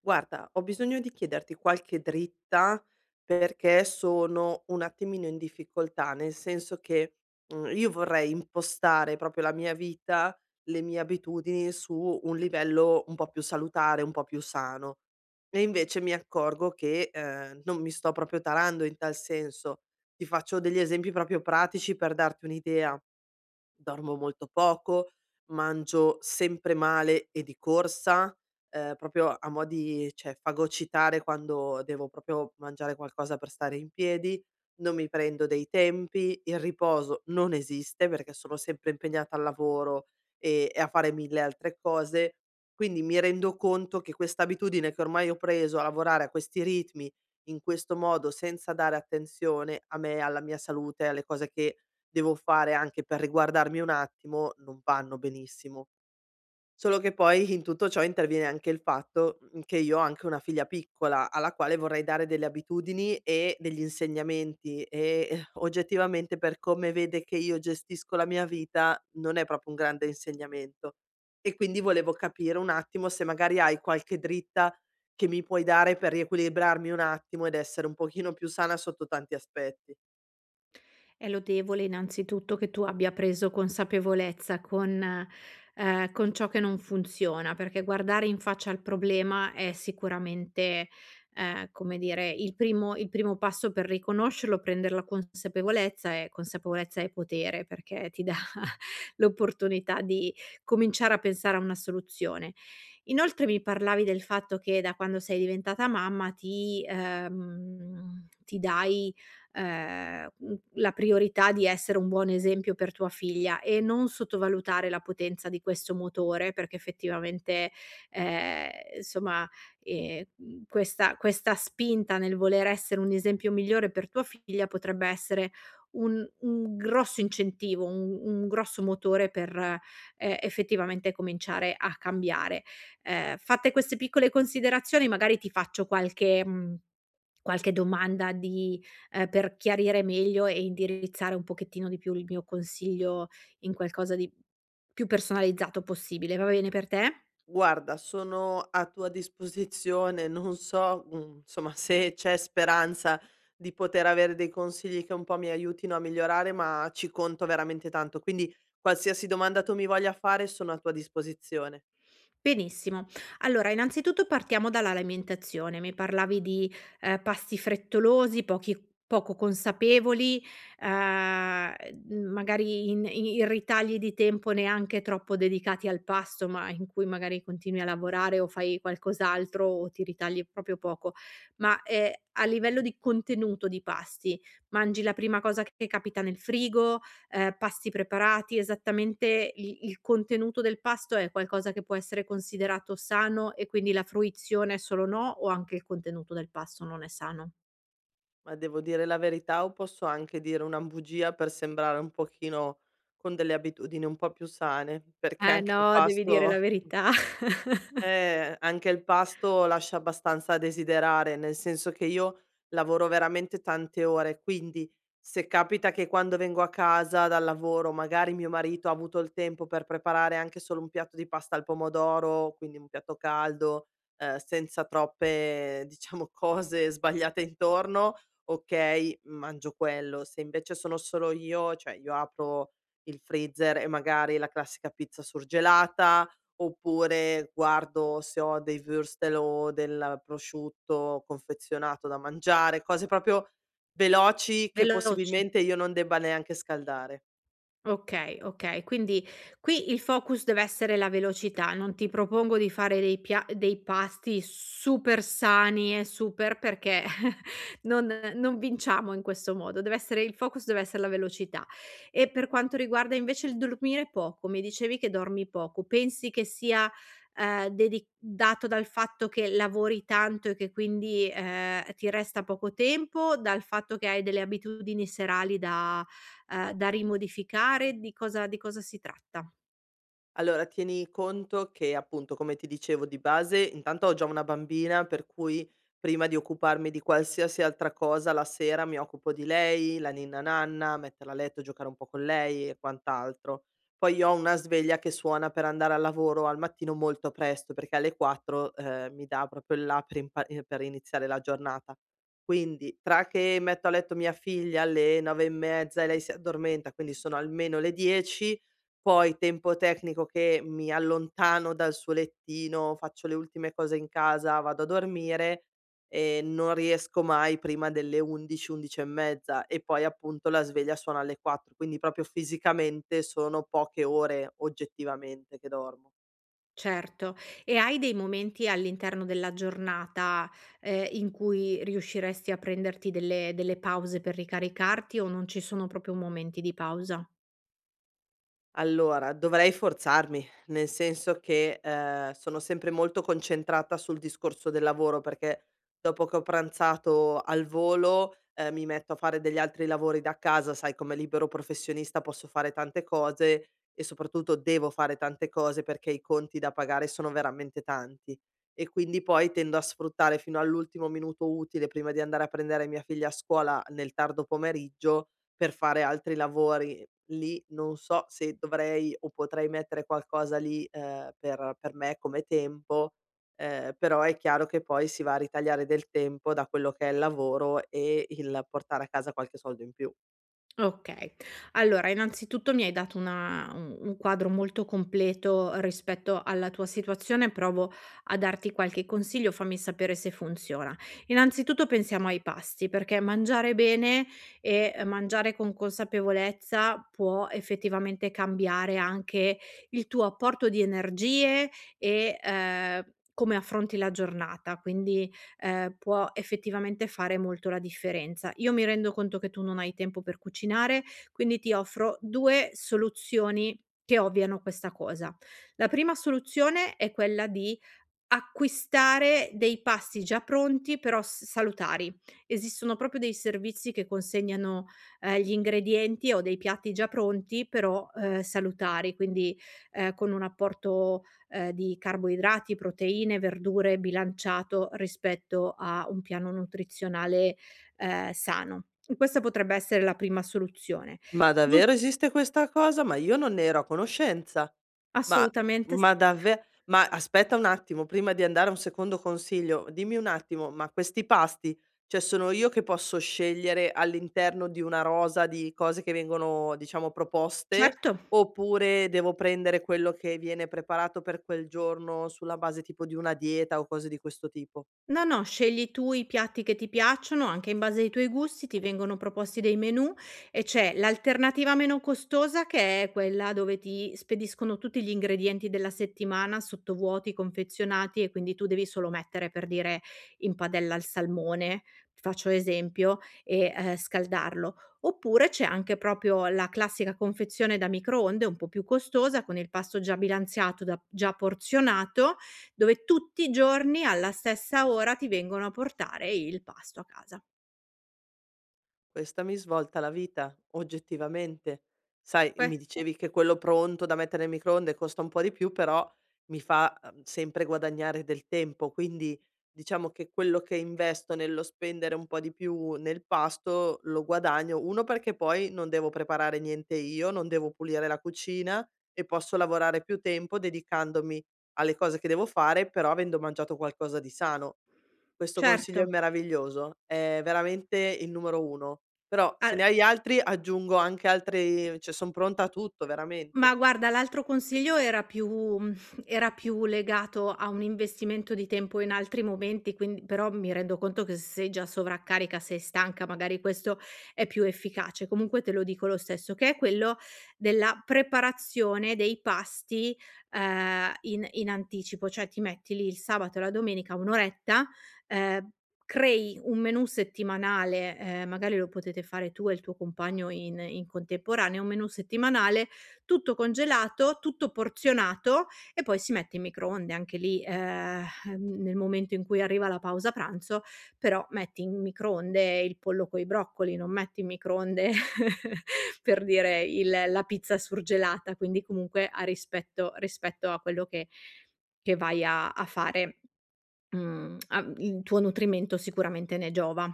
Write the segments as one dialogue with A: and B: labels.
A: Guarda, ho bisogno di chiederti qualche dritta perché sono un attimino in difficoltà, nel senso che, io vorrei impostare proprio la mia vita, le mie abitudini su un livello un po' più salutare, un po' più sano. E invece mi accorgo che, non mi sto proprio tarando in tal senso. Ti faccio degli esempi proprio pratici per darti un'idea. Dormo molto poco, mangio sempre male e di corsa, proprio a mo' di cioè fagocitare quando devo proprio mangiare qualcosa per stare in piedi, non mi prendo dei tempi, il riposo non esiste perché sono sempre impegnata al lavoro e a fare 1000 altre cose. Quindi mi rendo conto che questa abitudine che ormai ho preso a lavorare a questi ritmi, in questo modo, senza dare attenzione a me, alla mia salute, alle cose che devo fare anche per riguardarmi un attimo, non vanno benissimo. Solo che poi in tutto ciò interviene anche il fatto, che io ho anche una figlia piccola, alla quale vorrei dare delle abitudini e degli insegnamenti e, oggettivamente per come vede che io gestisco la mia vita, non è proprio un grande insegnamento. E quindi volevo capire un attimo se magari hai qualche dritta che mi puoi dare per riequilibrarmi un attimo ed essere un pochino più sana sotto tanti aspetti.
B: È lodevole innanzitutto che tu abbia preso consapevolezza con ciò che non funziona, perché guardare in faccia al problema è sicuramente, come dire, il primo passo per riconoscerlo, prender la consapevolezza e consapevolezza è potere, perché ti dà l'opportunità di cominciare a pensare a una soluzione. Inoltre mi parlavi del fatto che da quando sei diventata mamma ti dai la priorità di essere un buon esempio per tua figlia e non sottovalutare la potenza di questo motore, perché effettivamente, ehm, insomma, questa spinta nel voler essere un esempio migliore per tua figlia potrebbe essere un grosso incentivo, un grosso motore per, effettivamente cominciare a cambiare. Fatte queste piccole considerazioni magari ti faccio qualche qualche domanda di per chiarire meglio e indirizzare un pochettino di più il mio consiglio in qualcosa di più personalizzato possibile. Va bene per te?
A: Guarda, sono a tua disposizione, non so, insomma, se c'è speranza di poter avere dei consigli che un po' mi aiutino a migliorare, ma ci conto veramente tanto. Quindi qualsiasi domanda tu mi voglia fare sono a tua disposizione,
B: Benissimo. Allora, innanzitutto partiamo dall'alimentazione. Mi parlavi di, pasti frettolosi, pochi poco consapevoli, ehm, magari in ritagli di tempo neanche troppo dedicati al pasto, ma in cui magari continui a lavorare o fai qualcos'altro o ti ritagli proprio poco. Ma, a livello di contenuto di pasti, mangi la prima cosa che capita nel frigo, pasti preparati, esattamente il contenuto del pasto è qualcosa che può essere considerato sano e quindi la fruizione è solo no, o anche il contenuto del pasto non è sano?
A: ma devo dire la verità o posso anche dire una bugia per sembrare un pochino con delle abitudini un po' più sane, perché
B: Eh
A: anche il
B: no, devi dire
A: pasto.
B: la verità.
A: Anche il pasto lascia abbastanza a desiderare, nel senso che io lavoro veramente tante ore, quindi se capita che quando vengo a casa dal lavoro, magari mio marito ha avuto il tempo per preparare anche solo un piatto di pasta al pomodoro, quindi un piatto caldo, senza troppe, diciamo, cose sbagliate intorno, okay, mangio quello. Se invece sono solo io, cioè io apro il freezer e magari la classica pizza surgelata, oppure guardo se ho dei würstel o del prosciutto confezionato da mangiare, cose proprio veloci che
B: Veloci.
A: possibilmente io non debba neanche scaldare.
B: Okay, okay. Quindi qui il focus deve essere la velocità. Non ti propongo di fare dei pasti super sani e super perché non non vinciamo in questo modo. Deve essere il focus deve essere la velocità. E per quanto riguarda invece il dormire poco, mi dicevi che dormi poco. Pensi che sia, dedi dato dal fatto che lavori tanto e che quindi, ti resta poco tempo, dal fatto che hai delle abitudini serali da da rimodificare, di cosa si tratta?
A: Allora, tieni conto che appunto, come ti dicevo di base, intanto ho già una bambina, per cui prima di occuparmi di qualsiasi altra cosa, la sera mi occupo di lei, la ninna nanna, metterla a letto, giocare un po' con lei e quant'altro. Poi io ho una sveglia che suona per andare al lavoro al mattino molto presto, perché alle 4 mi dà proprio il là per, per iniziare la giornata. Quindi, tra che metto a letto mia figlia alle 9 e mezza e lei si addormenta, quindi sono almeno le 10, poi tempo tecnico che mi allontano dal suo lettino, faccio le ultime cose in casa, vado a dormire e non riesco mai prima delle 11, 11 e mezza, e poi appunto la sveglia suona alle 4, quindi proprio fisicamente sono poche ore oggettivamente che dormo.
B: Certo. E hai dei momenti all'interno della giornata, in cui riusciresti a prenderti delle pause per ricaricarti o non ci sono proprio momenti di pausa?
A: Allora, dovrei forzarmi, nel senso che, sono sempre molto concentrata sul discorso del lavoro, perché dopo che ho pranzato al volo, mi metto a fare degli altri lavori da casa, sai come libero professionista posso fare tante cose e soprattutto devo fare tante cose perché i conti da pagare sono veramente tanti. E quindi poi tendo a sfruttare fino all'ultimo minuto utile prima di andare a prendere mia figlia a scuola nel tardo pomeriggio per fare altri lavori. Lì non so se dovrei o potrei mettere qualcosa lì, per me come tempo, però è chiaro che poi si va a ritagliare del tempo da quello che è il lavoro e il portare a casa qualche soldo in più.
B: Okay. Allora, innanzitutto mi hai dato una un quadro molto completo rispetto alla tua situazione, provo a darti qualche consiglio, fammi sapere se funziona. Innanzitutto pensiamo ai pasti, perché mangiare bene e mangiare con consapevolezza può effettivamente cambiare anche il tuo apporto di energie e, come affronti la giornata. Quindi può effettivamente fare molto la differenza. Io mi rendo conto che tu non hai tempo per cucinare, quindi ti offro 2 soluzioni che ovviano questa cosa. La prima soluzione è quella di acquistare dei pasti già pronti, però s salutari. Esistono proprio dei servizi che consegnano, gli ingredienti o dei piatti già pronti, però, salutari, quindi, con un apporto, di carboidrati, proteine, verdure bilanciato rispetto a un piano nutrizionale, sano. Questa potrebbe essere la prima soluzione.
A: Ma
B: Non s
A: davvero esiste questa cosa? Ma io non ne ero a conoscenza. Ma
B: Assolutamente
A: ma
B: sì.
A: dave ma aspetta un attimo, prima di andare a un secondo consiglio, dimmi un attimo, ma questi pasti, cioè sono io che posso scegliere all'interno di una rosa di cose che vengono, diciamo, proposte,
B: Certo.
A: oppure devo prendere quello che viene preparato per quel giorno sulla base tipo di una dieta o cose di questo tipo?
B: No, no, scegli tu i piatti che ti piacciono, anche in base ai tuoi gusti, ti vengono proposti dei menù e c'è l'alternativa meno costosa che è quella dove ti spediscono tutti gli ingredienti della settimana sottovuoti, confezionati e quindi tu devi solo mettere, per dire, in padella il salmone, faccio esempio, e, scaldarlo. Oppure c'è anche proprio la classica confezione da microonde, un po' più costosa, con il pasto già bilanziato, da già porzionato, dove tutti i giorni alla stessa ora ti vengono a portare il pasto a casa.
A: Questa mi svolta la vita, oggettivamente. Sai,
B: Que
A: mi dicevi che quello pronto da mettere nel microonde costa un po' di più, però mi fa, sempre guadagnare del tempo, quindi diciamo che quello che investo nello spendere un po' di più nel pasto lo guadagno. 1, perché poi non devo preparare niente io, non devo pulire la cucina e posso lavorare più tempo dedicandomi alle cose che devo fare, però avendo mangiato qualcosa di sano. Questo
B: Certo.
A: consiglio è meraviglioso, è veramente il numero 1. Però se ne
B: al
A: hai altri aggiungo anche altri, cioè son pronta a tutto
B: Ma
A: veramente.
B: guarda, l'altro consiglio era più mhmm, era più legato a un investimento di tempo in altri momenti, quindi però mi rendo conto che se sei già sovraccarica, sei stanca, magari questo è più efficace. Comunque te lo dico lo stesso, che è quello della preparazione dei pasti, in anticipo. Cioè ti metti lì il sabato e la domenica 1 oretta, ehm, crei un menù settimanale, magari lo potete fare tu e il tuo compagno in contemporanea, un menù settimanale tutto congelato, tutto porzionato, e poi si mette in microonde anche lì, nel momento in cui arriva la pausa pranzo, però metti in microonde il pollo coi broccoli, non metti in microonde per dire il la pizza surgelata, quindi comunque ha rispetto a quello che vai a fare, a il tuo nutrimento sicuramente ne giova.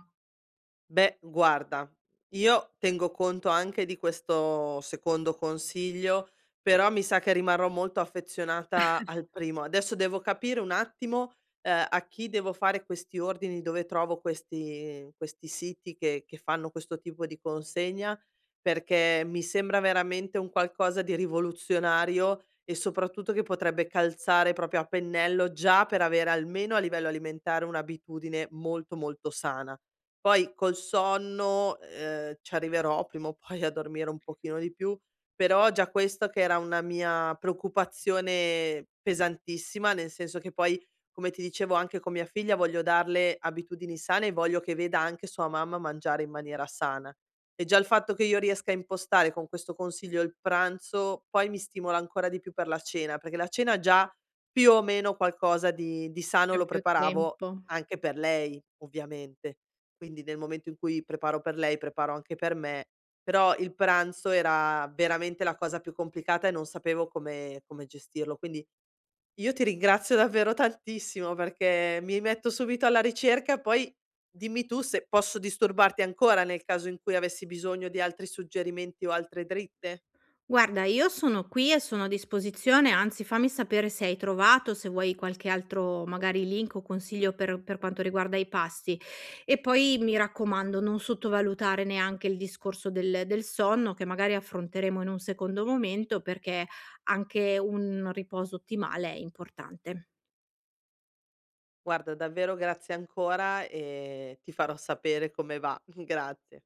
A: Beh, guarda, io tengo conto anche di questo secondo consiglio, però mi sa che rimarrò molto affezionata al primo. Adesso devo capire un attimo, a chi devo fare questi ordini, dove trovo questi, siti che fanno questo tipo di consegna, perché mi sembra veramente un qualcosa di rivoluzionario e soprattutto che potrebbe calzare proprio a pennello già per avere almeno a livello alimentare un'abitudine molto molto sana. Poi col sonno, ci arriverò prima o poi a dormire un pochino di più, però già questo che era una mia preoccupazione pesantissima, nel senso che poi, come ti dicevo anche con mia figlia, voglio darle abitudini sane e voglio che veda anche sua mamma mangiare in maniera sana. E già il fatto che io riesca a impostare con questo consiglio il pranzo, poi mi stimola ancora di più per la cena, perché la cena già più o meno qualcosa di sano
B: C'è
A: lo
B: più
A: preparavo
B: tempo.
A: anche per lei, ovviamente. Quindi nel momento in cui preparo per lei, preparo anche per me. Però il pranzo era veramente la cosa più complicata e non sapevo come gestirlo. Quindi io ti ringrazio davvero tantissimo perché mi metto subito alla ricerca, poi dimmi tu se posso disturbarti ancora nel caso in cui avessi bisogno di altri suggerimenti o altre dritte.
B: Guarda, io sono qui e sono a disposizione, anzi fammi sapere se hai trovato, se vuoi qualche altro magari link o consiglio per quanto riguarda i pasti. E poi mi raccomando, non sottovalutare neanche il discorso del, del sonno, che magari affronteremo in un secondo momento, perché anche un riposo ottimale è importante.
A: Guarda, davvero grazie ancora e ti farò sapere come va. Grazie.